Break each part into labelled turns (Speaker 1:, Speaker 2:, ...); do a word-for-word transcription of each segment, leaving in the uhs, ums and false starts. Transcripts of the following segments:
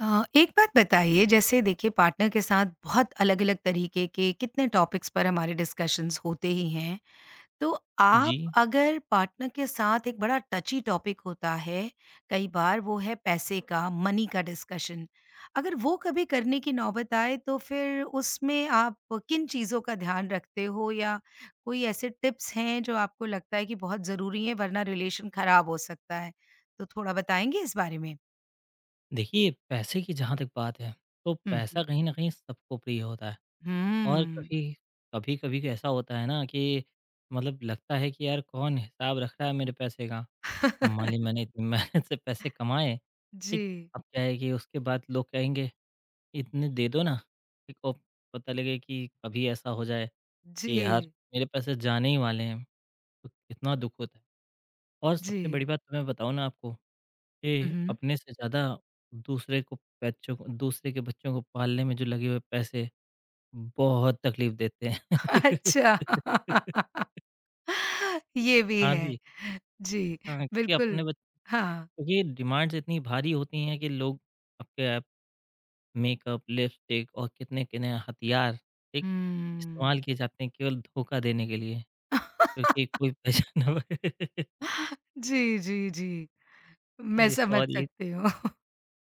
Speaker 1: अ, एक बात बताइए जैसे देखिए पार्टनर के साथ बहुत अलग-अलग तरीके के कितने टॉपिक्स पर हमारे डिस्कशंस होते ही हैं। तो आप
Speaker 2: जी,
Speaker 1: अगर पार्टनर के साथ एक बड़ा टची टॉपिक होता है, कई बार वो है पैसे का, मनी का डिस्कशन। अगर वो कभी करने की नौबत आए तो फिर उसमें आप किन चीज़ों का ध्यान रखते हो या कोई ऐसे टिप्स हैं जो आपको लगता है कि बहुत ज़रूरी है वरना रिलेशन खराब हो सकता है? तो थोड़ा बताएँगे इस बारे में?
Speaker 2: देखिए पैसे की जहाँ तक बात है, तो
Speaker 1: हुँ,
Speaker 2: पैसा
Speaker 1: हुँ।
Speaker 2: कहीं न कहीं सबको प्रिय होता है। और
Speaker 1: हुँ।
Speaker 2: कभी कभी-कभी ऐसा होता है ना कि मतलब लगता है कि यार कौन हिसाब रख रहा है मेरे पैसे का? अब मान लीजिए मैंने इतनी मेहनत से पैसे कमाए, ठीक?
Speaker 1: जी,
Speaker 2: अब क्या है कि उसके बाद लोग कहेंगे इतने दे दो ना, ठीक? और पता लगे कि कभी ऐसा हो जाए कि यार
Speaker 1: जी,
Speaker 2: मेरे पैसे जाने ही वाले हैं, तो कितना दुःख होता है। और
Speaker 1: जी।
Speaker 2: सबसे बड़ी बात तो मैं बताऊँ ना आपको, ये
Speaker 1: उहुँ।
Speaker 2: अपने से ज़्यादा दूसरे को, बच्चों को, दूसरे के बच्चों को पालने में जो लगे हुए पैसे, बहुत तकलीफ़ देते हैं।
Speaker 1: अच्छा। ये भी
Speaker 2: हाँ
Speaker 1: है।
Speaker 2: जी,
Speaker 1: जी,
Speaker 2: हाँ, क्योंकि अपने
Speaker 1: बिल्कुल।
Speaker 2: बच्चों
Speaker 1: हाँ।
Speaker 2: की डिमांड्स इतनी भारी होती हैं कि लोग आपके ऐप, मेकअप, लिपस्टिक और कितने-कितने हथियार, ठीक,
Speaker 1: हुँ।
Speaker 2: इस्तेमाल किए जाते हैं केवल धोखा देने के लिए, क्योंकि कोई पहचाना हुआ।
Speaker 1: जी, जी, जी।
Speaker 2: हाँ
Speaker 1: मैं
Speaker 2: जी,
Speaker 1: समझ
Speaker 2: सॉरी।
Speaker 1: सकती हूँ।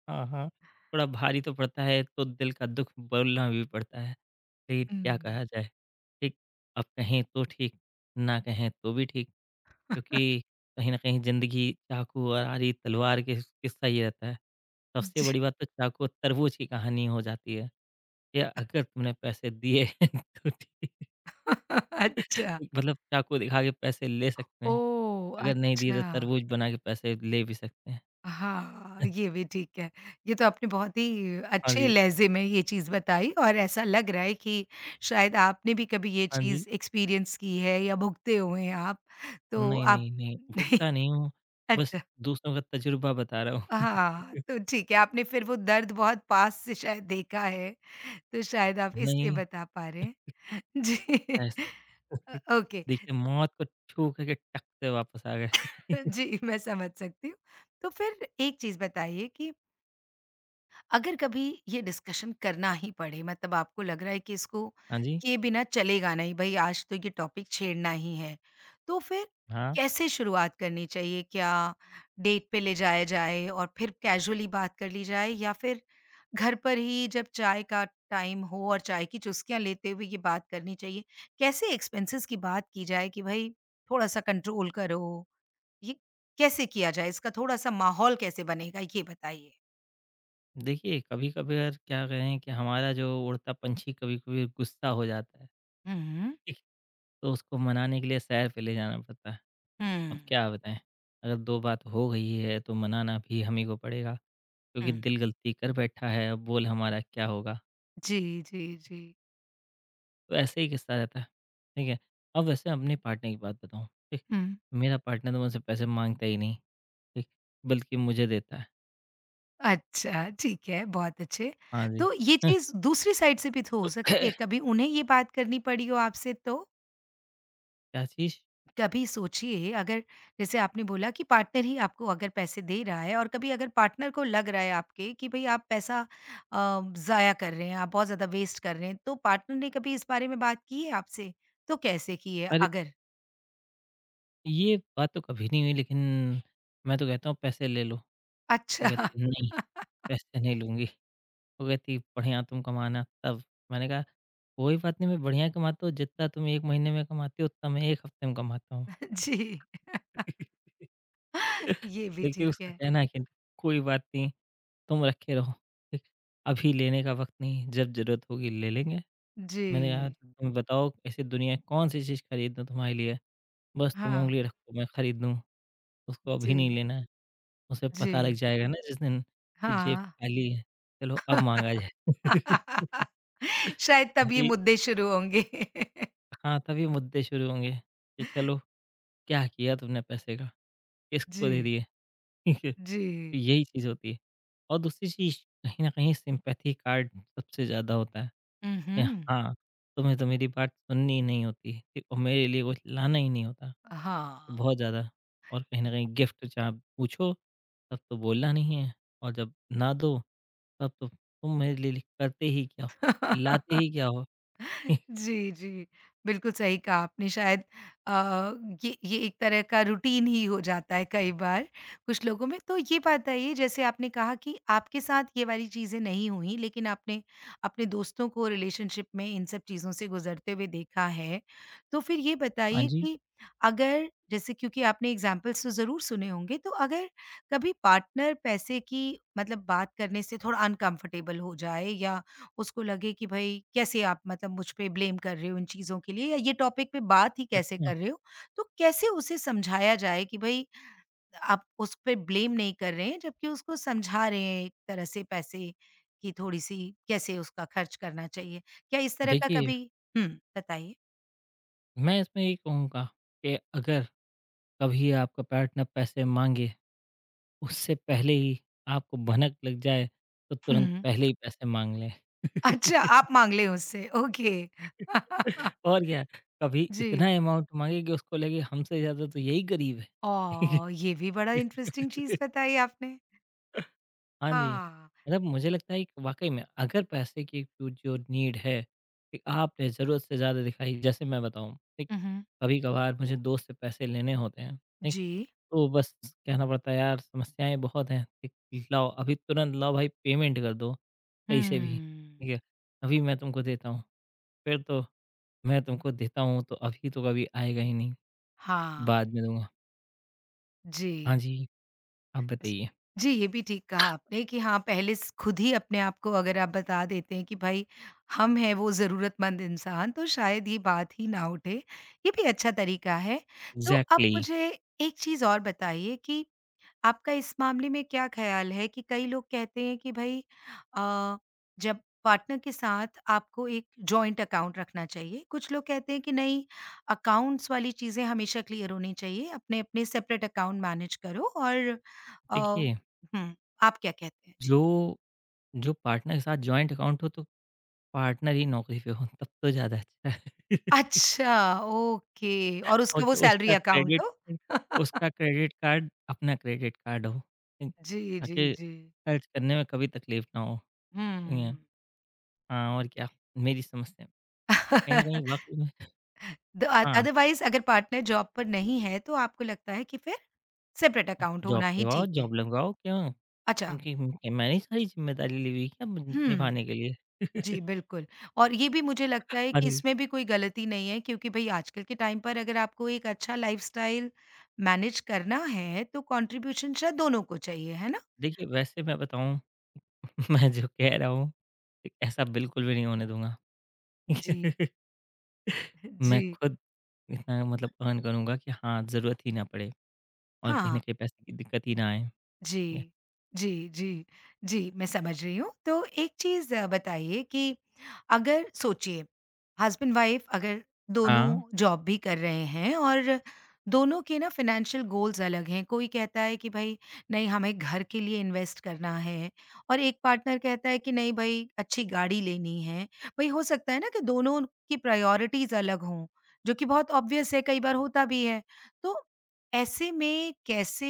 Speaker 2: हाँ, हाँ। थोड़ा भारी तो पड़ता है, तो दिल का दुःख बोलना भी पड़ता है। लेकिन क्या
Speaker 1: हुँ।
Speaker 2: कहा जाए? ठीक, अब कहें तो ठीक, ना कहें तो भी ठीक, क्योंकि कहीं न कहीं ज़िंदगी चाकू और आरी तलवार के किस्सा ही रहता है। सबसे
Speaker 1: जी।
Speaker 2: बड़ी बात तो चाकू और तरबूज की कहानी हो जाती है, या अगर तुमने पैसे दिए तो ठीक।
Speaker 1: अच्छा।
Speaker 2: मतलब चाकू दिखा के पैसे ले सकते हैं,
Speaker 1: ओह!
Speaker 2: अगर नहीं दिए तो
Speaker 1: अच्छा।
Speaker 2: तरबूज बना के पैसे ले भी सकते हैं।
Speaker 1: हाँ, ये भी ठीक है। ये तो आपने बहुत ही
Speaker 2: हाँ
Speaker 1: अच्छे
Speaker 2: जी,
Speaker 1: लहज़े में ये चीज़ बताई और ऐसा लग रहा है कि शायद आपने भी कभी ये
Speaker 2: हाँ जी।
Speaker 1: चीज़ एक्सपीरियंस की है या भुगते हुए हैं आप। तो
Speaker 2: नहीं,
Speaker 1: आप
Speaker 2: नहीं, नहीं, भूखता नहीं हूँ, बस
Speaker 1: अच्छा।
Speaker 2: दूसरों का तजुर्बा बता रहा हूँ।
Speaker 1: हाँ, तो ठीक है, आपने फिर वो दर्द बहुत पास से शायद देखा है, तो शायद आप इसलिए
Speaker 2: नहीं,
Speaker 1: बता पा रहे हैं। जी
Speaker 2: ऐस
Speaker 1: अ, ओके
Speaker 2: देखिए मौत को छू करके टक से वापस आ गए।
Speaker 1: जी, मैं समझ सकती हूँ। तो फिर एक चीज़ बताइए कि अगर कभी ये डिस्कशन करना ही पड़े मतलब आपको लग रहा है कि इसको
Speaker 2: हाँ जी,
Speaker 1: किए बिना चलेगा नहीं भाई आज तो ये टॉपिक छेड़ना ही है तो फिर
Speaker 2: हाँ।
Speaker 1: कैसे शुरुआत करनी चाहिए क्या डेट पे ले जाया जाए और फिर कैजुअली बात कर ली जाए या फिर घर पर ही जब चाय का टाइम हो और चाय की चुस्कियां लेते हुए ये बात करनी चाहिए कैसे एक्सपेंसेस की बात की जाए कि भाई थोड़ा सा कंट्रोल करो ये कैसे किया जाए इसका थोड़ा सा माहौल कैसे बनेगा ये बताइए
Speaker 2: देखिए, कभी-कभार क्या कहें कि हमारा जो उड़ता पंछी कभी-कभी गुस्सा हो जाता है,
Speaker 1: हम्म।
Speaker 2: ठीक? तो उसको मनाने के लिए सैर पे ले जाना पड़ता है। अब
Speaker 1: हम्म।
Speaker 2: क्या बताएँ, अगर दो बात हो गई है तो मनाना भी हम ही को पड़ेगा, क्योंकि
Speaker 1: हुँ।
Speaker 2: दिल गलती कर बैठा है, अब बोल हमारा क्या होगा?
Speaker 1: जी, जी, जी।
Speaker 2: तो ऐसे ही किस्सा रहता है, ठीक है। अब वैसे अपने पार्टनर की बात बताऊँ, ठीक।
Speaker 1: हुँ।
Speaker 2: मेरा पार्टनर तो मुझसे पैसे माँगता ही नहीं, ठीक, बल्कि मुझे देता है।
Speaker 1: अच्छा, ठीक है, बहुत अच्छे।
Speaker 2: हाँ जी।
Speaker 1: तो ये चीज़ दूसरी साइड से भी तो हो
Speaker 2: तो
Speaker 1: सकती है, कभी उन्हें ये बात करनी पड़ी हो आपसे तो?
Speaker 2: क्या चीज़?
Speaker 1: कभी सोचिए अगर जैसे आपने बोला कि पार्टनर ही आपको अगर पैसे दे रहा है और कभी अगर पार्टनर को लग रहा है आपके कि भई आप पैसा अ, ज़ाया कर रहे हैं, आप बहुत ज़्यादा वेस्ट कर रहे हैं, तो पार्टनर ने कभी इस बारे में बात की है आपसे? तो कैसे की है
Speaker 2: अरे!
Speaker 1: अगर?
Speaker 2: ये बात तो कभी नहीं हुई लेकिन मैं तो कहता हूँ पैसे ले लो। वो
Speaker 1: अच्छा।
Speaker 2: कहती नहीं, पैसे नहीं लूँगी। वो कहती बढ़िया तुम कमाना तब। मैंने कहा कोई बात नहीं, मैं बढ़िया कमाता हूँ, जितना तुम एक महीने में कमाते हो उतना मैं एक हफ्ते में कमाता हूँ।
Speaker 1: जी। ये भी
Speaker 2: देखिए
Speaker 1: ठीक
Speaker 2: उसका
Speaker 1: है।
Speaker 2: कहना है कि कोई बात नहीं, तुम रखे रहो, ठीक? अभी लेने का वक़्त नहीं है, जब ज़रूरत होगी ले लेंगे।
Speaker 1: जी।
Speaker 2: मैंने कहा तुम बताओ ऐसी दुनिया में कौन-सी चीज़ खरीद दूँ तुम्हारे लिए? बस तुम
Speaker 1: हाँ,
Speaker 2: उँगली रखो, मैं खरीद दूँ, उसको अभी नहीं
Speaker 1: जी,
Speaker 2: लेना है। उसे पता लग
Speaker 1: जी,
Speaker 2: जाएगा ना जिस दिन कि जेब
Speaker 1: हाँ।
Speaker 2: खाली है, चलो अब माँगा जाए।
Speaker 1: शायद तब ये
Speaker 2: क्योंकि
Speaker 1: मुद्दे शुरू होंगे।
Speaker 2: हाँ, तभी मुद्दे शुरू होंगे कि चलो क्या किया तुमने पैसे का? किसको दे
Speaker 1: जी,
Speaker 2: दिए? ठीक है? तो
Speaker 1: जी।
Speaker 2: यही चीज़ होती है। और दूसरी चीज़, कहीं न कहीं सिम्पैथी कार्ड सबसे ज़्यादा होता है।
Speaker 1: हुँ,
Speaker 2: ए,
Speaker 1: हुँ।
Speaker 2: हाँ, तो मैं तो, मेरी बात सुननी ही नहीं होती है और मेरे लिए कुछ लाना ही नहीं होता, तो
Speaker 1: हाँ।
Speaker 2: बहुत ज़्यादा। और कहीं न कहीं गिफ्ट जहाँ पूछो तब तो बोलना नहीं है, और जब ना दो तब तो तुम मेरे लिए करते ही क्या हो, लाते ही क्या हो?
Speaker 1: जी, जी। बिल्कुल सही कहा आपने शायद अ, ये ये एक तरह का रूटीन ही हो जाता है कई बार कुछ लोगों में। तो ये बात बताइए जैसे आपने कहा कि आपके साथ ये वाली चीज़ें नहीं हुई लेकिन आपने अपने दोस्तों को रिलेशनशिप में इन सब चीज़ों से गुज़रते हुए देखा है। तो फिर ये
Speaker 2: हाँ
Speaker 1: बताइए
Speaker 2: जी,
Speaker 1: कि अगर जैसे क्योंकि आपने एग्ज़ाम्पल्स तो ज़रूर सुने होंगे, तो अगर कभी पार्टनर पैसे की मतलब बात करने से थोड़ा अनकम्फ़र्टेबल हो जाए या उसको लगे कि भई कैसे आप मतलब मुझ पे ब्लेम कर रहे हो इन चीज़ों के लिए या ये टॉपिक पे बात ही कैसे
Speaker 2: अच्छा
Speaker 1: कर रहे हो? तो कैसे उसे समझाया जाए कि भई आप उस पे ब्लेम नहीं कर रहे हैं जबकि उसको समझा रहे हैं एक तरह से पैसे की थोड़ी-सी कैसे उसका खर्च करना चाहिए? क्या इस तरह का
Speaker 2: देखिए,
Speaker 1: कभी हुँ, बताइए?
Speaker 2: मैं इसमें ये कहूँगा कि अगर कभी आपका पार्टनर पैसे माँगे, उससे पहले ही आपको भनक लग जाए, तो तुरंत
Speaker 1: हुँ।
Speaker 2: पहले ही पैसे माँग लें।
Speaker 1: अच्छा आप माँग लें उससे ओके।
Speaker 2: और क्या, कभी इतना
Speaker 1: जी।
Speaker 2: अमाउंट मांगे कि उसको लगे हमसे ज्यादा तो यही गरीब है।
Speaker 1: ओह! ये भी बड़ा इंटरेस्टिंग
Speaker 2: इसी-
Speaker 1: चीज़ बताई आपने।
Speaker 2: हाँ जी,
Speaker 1: हाँ।
Speaker 2: मतलब मुझे लगता है कि वाकई में अगर पैसे की जो जो नीड है कि आपने ज़रूरत से ज़्यादा दिखाई, जैसे मैं बताऊँ, ठीक।
Speaker 1: हुँ, हुँ।
Speaker 2: कभी कभार मुझे दोस्त से पैसे लेने होते हैं, ठीक।
Speaker 1: जी।
Speaker 2: तो बस कहना पड़ता है यार समस्याएं बहुत हैं, ठीक, लाओ अभी तुरंत लाओ भाई पेमेंट कर दो,
Speaker 1: हुँ।
Speaker 2: कैसे भी ठीक है। अभी मैं तुमको देता हूँ, फिर तो मैं तुमको देता हूँ तो अभी तो कभी आएगा ही नहीं,
Speaker 1: हाँ,
Speaker 2: बाद में दूँगा।
Speaker 1: जी।
Speaker 2: हाँ जी, आप
Speaker 1: ज
Speaker 2: बताइए।
Speaker 1: जी, ये भी ठीक कहा आपने कि हाँ, पहले स खुद ही अपने आप को अगर आप बता देते हैं कि भाई हम हैं वो ज़रूरतमंद इंसान, तो शायद ये बात ही ना उठे। ये भी अच्छा तरीका है। तो आप
Speaker 2: एग्ज़ैक्टली।
Speaker 1: मुझे एक चीज़ और बताइए कि आपका इस मामले में क्या ख़्याल है कि कई लोग कहते हैं कि भई अ, जब पार्टनर के साथ आपको एक जॉइंट अकाउंट रखना चाहिए। कुछ लोग कहते हैं कि नहीं अकाउंट्स वाली चीज़ें हमेशा क्लियर होनी चाहिए, अपने-अपने सेपरेट अकाउंट मैनेज करो और अ,
Speaker 2: देखिए,
Speaker 1: हुँ, आप क्या कहते हैं? जी।
Speaker 2: जो जो पार्टनर के साथ जॉइंट अकाउंट हो तो पार्टनर ही नौकरी पे हो तब तो ज़्यादा अच्छा है।
Speaker 1: अच्छा, ओके और
Speaker 2: और
Speaker 1: उसका वो
Speaker 2: क्या,
Speaker 1: सैलरी
Speaker 2: उसका
Speaker 1: अकाउंट
Speaker 2: क्रेडिट
Speaker 1: हो?
Speaker 2: उसका क्रेडिट कार्ड अपना क्रेडिट कार्ड हो, ठीक,
Speaker 1: जी, जी,
Speaker 2: ताकि
Speaker 1: जी।
Speaker 2: खर्च करने में कभी तकलीफ ना हो, ठीक है?
Speaker 1: हुँ।
Speaker 2: हाँ, और क्या, मेरी समझ से। कहीं न कहीं वाक़ई में
Speaker 1: द अ,
Speaker 2: हाँ,
Speaker 1: अदरवाइज़ अगर पार्टनर जॉब पर नहीं है तो आपको लगता है कि फिर? सेपरेट अकाउंट
Speaker 2: जॉब
Speaker 1: होना ही
Speaker 2: करवाओ,
Speaker 1: ठीक है।
Speaker 2: जॉब लगवाओ क्यों?
Speaker 1: अच्छा,
Speaker 2: क्योंकि मैंने ही सारी ज़िम्मेदारी ली हुई है क्या
Speaker 1: हुँ।
Speaker 2: निभाने के लिए?
Speaker 1: जी, बिल्कुल और ये भी मुझे लगता है
Speaker 2: हाँ
Speaker 1: कि
Speaker 2: जी,
Speaker 1: इसमें भी कोई गलती नहीं है क्योंकि भई आजकल के टाइम पर अगर आपको एक अच्छा लाइफ़स्टाइल मैनेज करना है, तो कंट्रीब्यूशन शायद दोनों को चाहिए, है ना?
Speaker 2: देखिए वैसे मैं बताऊँ मैं जो कह रहा हूँ, ठीक, ऐसा बिल्कुल भी नहीं होने दूँगा।
Speaker 1: जी, जी।
Speaker 2: मैं खुद इतना मतलब अर्न करूँगा कि हाँ, ज़रूरत ही ना पड़े और कहीं न
Speaker 1: हाँ।
Speaker 2: कहीं पैसे की दिक्कत ही ना आए, ठीक है?
Speaker 1: जी, जी, जी, जी, मैं समझ रही हूँ। तो एक चीज़ बताइए कि अगर सोचिए हस्बैंड वाइफ़ अगर
Speaker 2: हाँ।
Speaker 1: दोनों जॉब भी कर रहे हैं और दोनों के ना फ़ाइनेंशियल गोल्स अलग हैं। कोई कहता है कि भई नहीं हमें घर के लिए इन्वेस्ट करना है और एक पार्टनर कहता है कि नहीं भई अच्छी गाड़ी लेनी है। भई हो सकता है ना कि दोनों की प्रायोरिटीज़ अलग हों, जो कि बहुत ऑब्वियस है, कई बार होता भी है। तो ऐसे में कैसे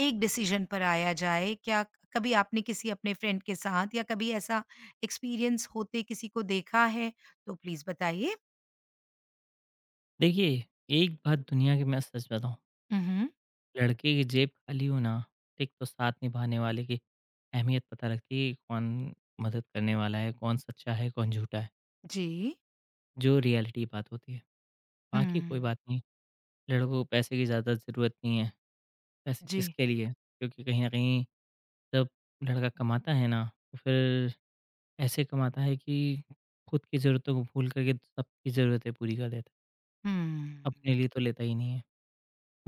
Speaker 1: एक डिसीजन पर आया जाए? क्या कभी आपने किसी अपने फ्रेंड के साथ या कभी ऐसा एक्सपीरियंस होते किसी को देखा है? तो प्लीज़ बताइए।
Speaker 2: देखिए, एक बात दुनिया की मैं सच बताऊँ,
Speaker 1: उहुँ।
Speaker 2: लड़के की जेब खाली हो ना, एक तो साथ निभाने वाले की अहमियत पता लगती है कि कौन मदद करने वाला है, कौन सच्चा है, कौन झूठा है,
Speaker 1: जी।
Speaker 2: जो रियलिटी बात होती है। बाकी कोई
Speaker 1: हुँ।
Speaker 2: बात नहीं, लड़कों को पैसे की ज़्यादा ज़रूरत नहीं है, पैसे
Speaker 1: जी।
Speaker 2: किसके लिए? क्योंकि कहीं न कहीं जब लड़का कमाता है ना तो फिर ऐसे कमाता है कि खुद की ज़रूरतों को भूल करके सबकी ज़रूरतें पूरी कर देता है।
Speaker 1: हुँ।
Speaker 2: अपने लिए तो लेता ही नहीं है।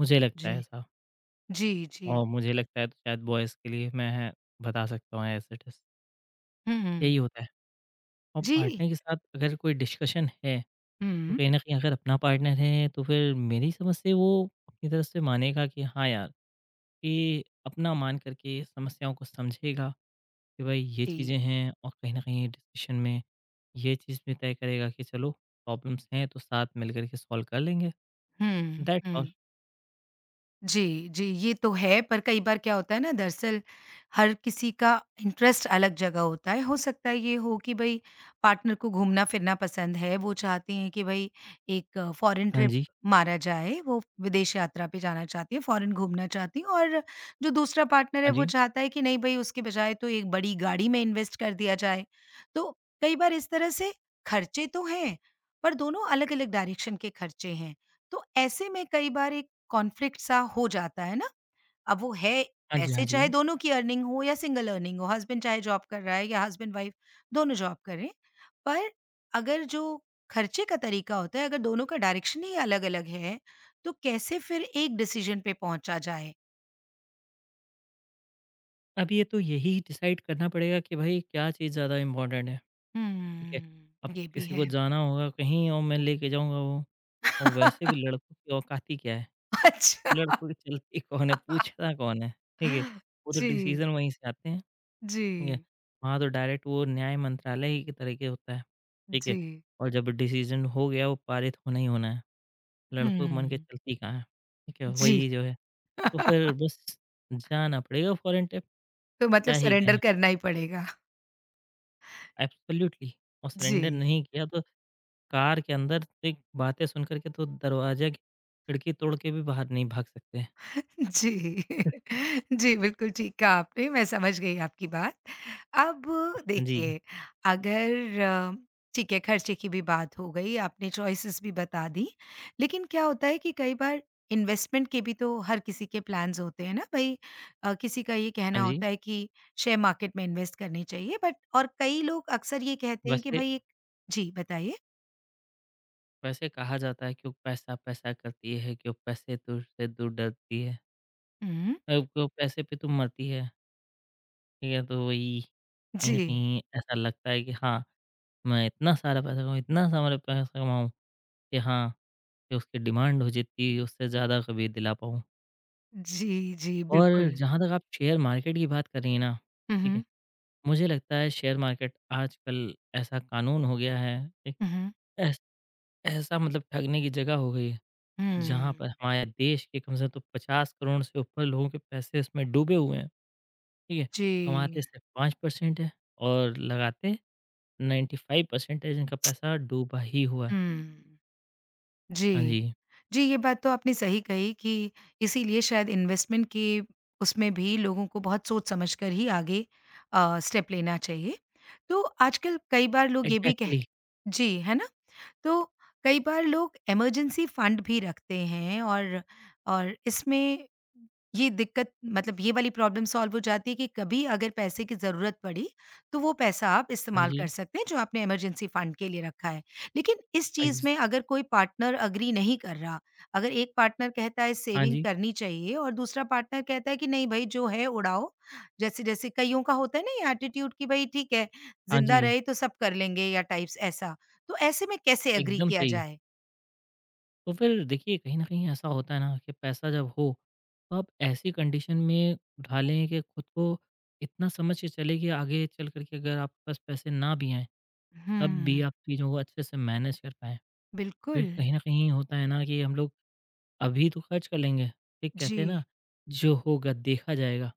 Speaker 2: मुझे लगता
Speaker 1: जी।
Speaker 2: है ऐसा।
Speaker 1: जी, जी।
Speaker 2: और मुझे लगता है तो शायद बॉयज़ के लिए मैं बता सकता हूँ, एज़ इट इज़
Speaker 1: हुँ।
Speaker 2: यही होता है। और
Speaker 1: जी।
Speaker 2: पार्टनर के साथ अगर कोई डिस्कशन है, तो
Speaker 1: हुँ।
Speaker 2: कहीं न कहीं अगर अपना पार्टनर है तो फिर मेरी समझ से वो अपनी तरफ से मानेगा कि हाँ यार, ये अपना मान करके समस्याओं को समझेगा कि भाई ये
Speaker 1: जी।
Speaker 2: चीज़ें हैं, और कहीं न कहीं डिस्कशन में ये चीज़ भी तय करेगा कि चलो प्रॉब्लम्स हैं तो साथ मिल कर के सॉल्व कर लेंगे।
Speaker 1: हुँ,
Speaker 2: दैट्स ऑल।
Speaker 1: हुँ। जी, जी, ये तो है पर कई बार क्या होता है ना दरअसल हर किसी का इंटरेस्ट अलग जगह होता है। हो सकता है ये हो कि भई पार्टनर को घूमना-फिरना पसंद है, वो चाहते हैं कि भई एक फॉरेन
Speaker 2: हाँ
Speaker 1: ट्रिप
Speaker 2: जी,
Speaker 1: मारा जाए, वो विदेश यात्रा पे जाना चाहती है, फॉरेन घूमना चाहती है और जो दूसरा पार्टनर है
Speaker 2: हाँ
Speaker 1: वो
Speaker 2: जी,
Speaker 1: चाहता है कि नहीं भई उसके बजाय तो एक बड़ी गाड़ी में इन्वेस्ट कर दिया जाए। तो कई बार इस तरह से खर्चे तो हैं, पर दोनों अलग-अलग डायरेक्शन के खर्चे हैं। तो ऐसे में कई बार एक कॉन्फ्लिक्ट सा हो जाता है ना? अब वो है
Speaker 2: हाँ जी, हाँ
Speaker 1: पैसे
Speaker 2: जी।
Speaker 1: चाहे दोनों की अर्निंग हो या सिंगल अर्निंग हो, हस्बैंड चाहे जॉब कर रहा है या हस्बैंड-वाइफ दोनों जॉब कर रहे हैं। पर अगर जो खर्चे का तरीका होता है, अगर दोनों का डायरेक्शन ही अलग-अलग है, तो कैसे फिर एक डिसीजन पे पहुँचा जाए?
Speaker 2: अब ये तो यही डिसाइड करना पड़ेगा कि भाई क्या चीज़ ज़्यादा इम्पोर्टेंट है, ठीक है?
Speaker 1: हुँ,
Speaker 2: अब
Speaker 1: ये भी
Speaker 2: किसी
Speaker 1: है।
Speaker 2: को जाना होगा कहीं और मैं लेके जाऊँगा वो। और वैसे भी लड़कों की औकाती क्या है?
Speaker 1: अच्छा।
Speaker 2: लड़कों की चलती कौन है, पूछता कौन है, ठीक है? वो तो
Speaker 1: जी,
Speaker 2: डिसीज़न वहीं से आते हैं। ठीक है?
Speaker 1: जी,
Speaker 2: वहाँ तो डायरेक्ट वो न्याय मंत्रालय ही के तरीके होता है, ठीक
Speaker 1: जी।
Speaker 2: है? और जब डिसीज़न हो गया वो पारित होना ही होना है, लड़कों के मन के
Speaker 1: हुँ,
Speaker 2: चलती कहाँ है, ठीक है?
Speaker 1: जी।
Speaker 2: वही जो है, तो फिर बस जाना पड़ेगा फ़ॉरेन टेप,
Speaker 1: तो मतलब
Speaker 2: क्या ही
Speaker 1: सरेंडर
Speaker 2: कहें,
Speaker 1: करना ही पड़ेगा।
Speaker 2: एब्सोल्यूटली। और सरेंडर
Speaker 1: जी।
Speaker 2: नहीं किया तो कार के अंदर से बातें सुन कर के तो दरवाज़े की खिड़की तोड़ के भी बाहर नहीं भाग सकते।
Speaker 1: जी। जी, बिल्कुल ठीक कहा आपने, मैं समझ गई आपकी बात। अब
Speaker 2: हाँ जी,
Speaker 1: देखिए, अगर अ, ठीक है, खर्चे की भी बात हो गई, आपने चॉइसेस भी बता दी, लेकिन क्या होता है कि कई बार इन्वेस्टमेंट के भी तो हर किसी के प्लान्स होते हैं ना भई अ, किसी का ये
Speaker 2: हाँ
Speaker 1: कहना
Speaker 2: जी।
Speaker 1: होता है कि शेयर मार्केट में इन्वेस्ट करनी चाहिए बट और कई लोग अक्सर ये कहते हैं कि
Speaker 2: वैसे
Speaker 1: भई एक जी, बताइए?
Speaker 2: वैसे कहा जाता है क्यों पैसा, पैसा करती है, क्यों पैसे दूर से दूर डरती है।
Speaker 1: हुँ।
Speaker 2: अब को पैसे पे तो मरती है, ठीक है? तो वही कहीं न
Speaker 1: जी।
Speaker 2: कहीं ऐसा लगता है कि हाँ, मैं इतना सारा पैसा कमाऊँ, इतना सारा पैसा कमाऊँ कि हाँ, कि उसकी डिमांड हो जितनी उससे ज़्यादा कभी दिला पाऊँ।
Speaker 1: जी, जी,
Speaker 2: और
Speaker 1: बिल्कुल।
Speaker 2: जहाँ तक आप शेयर मार्केट की बात कर रही हैं ना,
Speaker 1: हुँ,
Speaker 2: ठीक है?
Speaker 1: हुँ।
Speaker 2: मुझे लगता है शेयर मार्केट आजकल ऐसा कानून हो गया है, एक
Speaker 1: हुँ, हुँ।
Speaker 2: ऐस ऐसा मतलब ठगने की जगह हो गई है, जहाँ
Speaker 1: हुँ,
Speaker 2: पर हमारे देश के कम से कम तो पचास करोड़ से ऊपर लोगों के पैसे इसमें डूबे हुए हैं। ठीक है, कमाते
Speaker 1: जी।
Speaker 2: सिर्फ पाँच प्रतिशत है और लगाते पचानवे प्रतिशत है, जिनका पैसा डूबा ही हुआ है।
Speaker 1: हुँ।
Speaker 2: हाँ
Speaker 1: जी।
Speaker 2: जी,
Speaker 1: जी, ये बात तो आपने सही कही कि इसीलिए शायद इन्वेस्टमेंट के उसमें भी लोगों को बहुत सोच समझ कर ही आगे अ, स्टेप लेना चाहिए। तो आजकल कई बार लोग ये भी कह
Speaker 2: एग्ज़ैक्टली।
Speaker 1: जी, है ना? तो कई बार लोग इमरजेंसी फंड भी रखते हैं और और इसमें ये दिक्कत मतलब ये वाली प्रॉब्लम सॉल्व हो जाती है कि कभी अगर पैसे की ज़रूरत पड़ी, तो वो पैसा आप
Speaker 2: हाँ
Speaker 1: इस्तेमाल कर
Speaker 2: जी,
Speaker 1: सकते हैं जो आपने इमरजेंसी फंड के लिए रखा है। लेकिन इस चीज़
Speaker 2: एग्ज़
Speaker 1: में अगर कोई पार्टनर एग्री नहीं कर रहा, अगर एक पार्टनर कहता है
Speaker 2: हाँ
Speaker 1: सेविंग
Speaker 2: जी,
Speaker 1: करनी चाहिए और दूसरा पार्टनर कहता है कि नहीं भई जो है उड़ाओ, जैसे-जैसे कइयों का होता है ना ये एटीट्यूड कि भई ठीक है,
Speaker 2: हाँ जी,
Speaker 1: ज़िंदा रहे तो सब कर लेंगे या टाइप्स ऐसा। तो ऐसे में कैसे एग्री
Speaker 2: एकदम
Speaker 1: किया
Speaker 2: सही।
Speaker 1: जाए?
Speaker 2: तो फिर देखिए कहीं न कहीं ऐसा होता है ना कि पैसा जब हो, तो आप ऐसी कंडीशन में ढालें, कि खुद को इतना समझ के चलें कि आगे चल कर के अगर आपके पास पैसे ना भी आएँ, तब भी
Speaker 1: हुँ,
Speaker 2: आप चीज़ों को अच्छे से मैनेज कर पाएँ।
Speaker 1: बिल्कुल।
Speaker 2: क्योंकि कहीं न कहीं होता है ना कि हम लोग अभी तो खर्च कर लेंगे। ठीक कहते हैं ना,
Speaker 1: जी,
Speaker 2: जो होगा देखा जाएगा,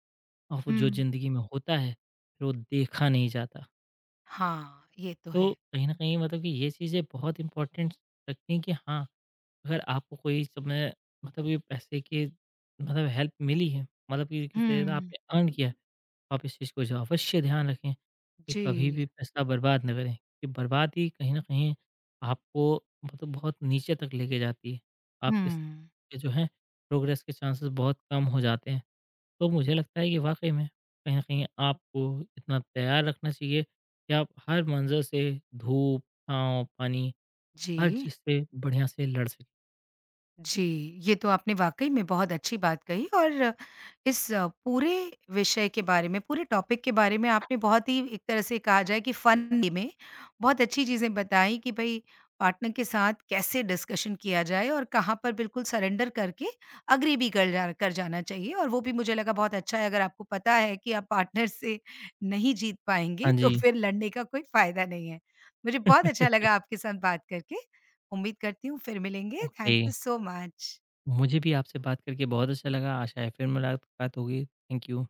Speaker 2: और वो जो
Speaker 1: हुँ।
Speaker 2: ज़िंदगी में होता है, फिर वो देखा नहीं जाता।
Speaker 1: हाँ, ये तो
Speaker 2: तो
Speaker 1: है।
Speaker 2: कहीं न कहीं मतलब कि ये चीज़ें बहुत इम्पोर्टेंट रखती हैं कि हाँ, अगर आपको कोई समय मतलब ये पैसे की मतलब हेल्प मिली है, मतलब कि किसी तरह से
Speaker 1: हुँ,
Speaker 2: आपने अर्न किया है, आप इस चीज़ को जो अवश्य ध्यान रखें कि कभी
Speaker 1: जी,
Speaker 2: भी पैसा बर्बाद ना करें। कि बर्बादी कहीं न कहीं आपको मतलब बहुत नीचे तक लेके जाती है।
Speaker 1: हुँ,
Speaker 2: आपके स के जो है प्रोग्रेस के चांसेस बहुत कम हो जाते हैं। तो मुझे लगता है कि वाक़ई में कहीं न कहीं आपको इतना तैयार रखना चाहिए कि आप हर मंज़र से धूप, छाँव, पानी, हर
Speaker 1: जी।
Speaker 2: चीज़ से बढ़िया से लड़ सकें।
Speaker 1: जी, ये तो आपने वाक़ई में बहुत अच्छी बात कही और इस पूरे विषय के बारे में, पूरे टॉपिक के बारे में आपने बहुत ही एक तरह से कहा जाए कि फ़न वे में बहुत अच्छी चीज़ें बताई कि भई पार्टनर के साथ कैसे डिस्कशन किया जाए और कहाँ पर बिल्कुल सरेंडर करके अग्री भी कर जा कर जाना चाहिए और वो भी मुझे लगा बहुत अच्छा है अगर आपको पता है कि आप पार्टनर से नहीं जीत
Speaker 2: हाँ
Speaker 1: पाएँगे तो
Speaker 2: जी।
Speaker 1: फिर लड़ने का कोई फ़ायदा नहीं है। मुझे बहुत अच्छा लगा आपके साथ बात करके। उम्मीद करती हूँ फिर मिलेंगे।
Speaker 2: Okay,
Speaker 1: thank you so much.
Speaker 2: मुझे भी आपसे बात करके बहुत अच्छा लगा, आशा है फिर मुलाकात होगी। Thank you.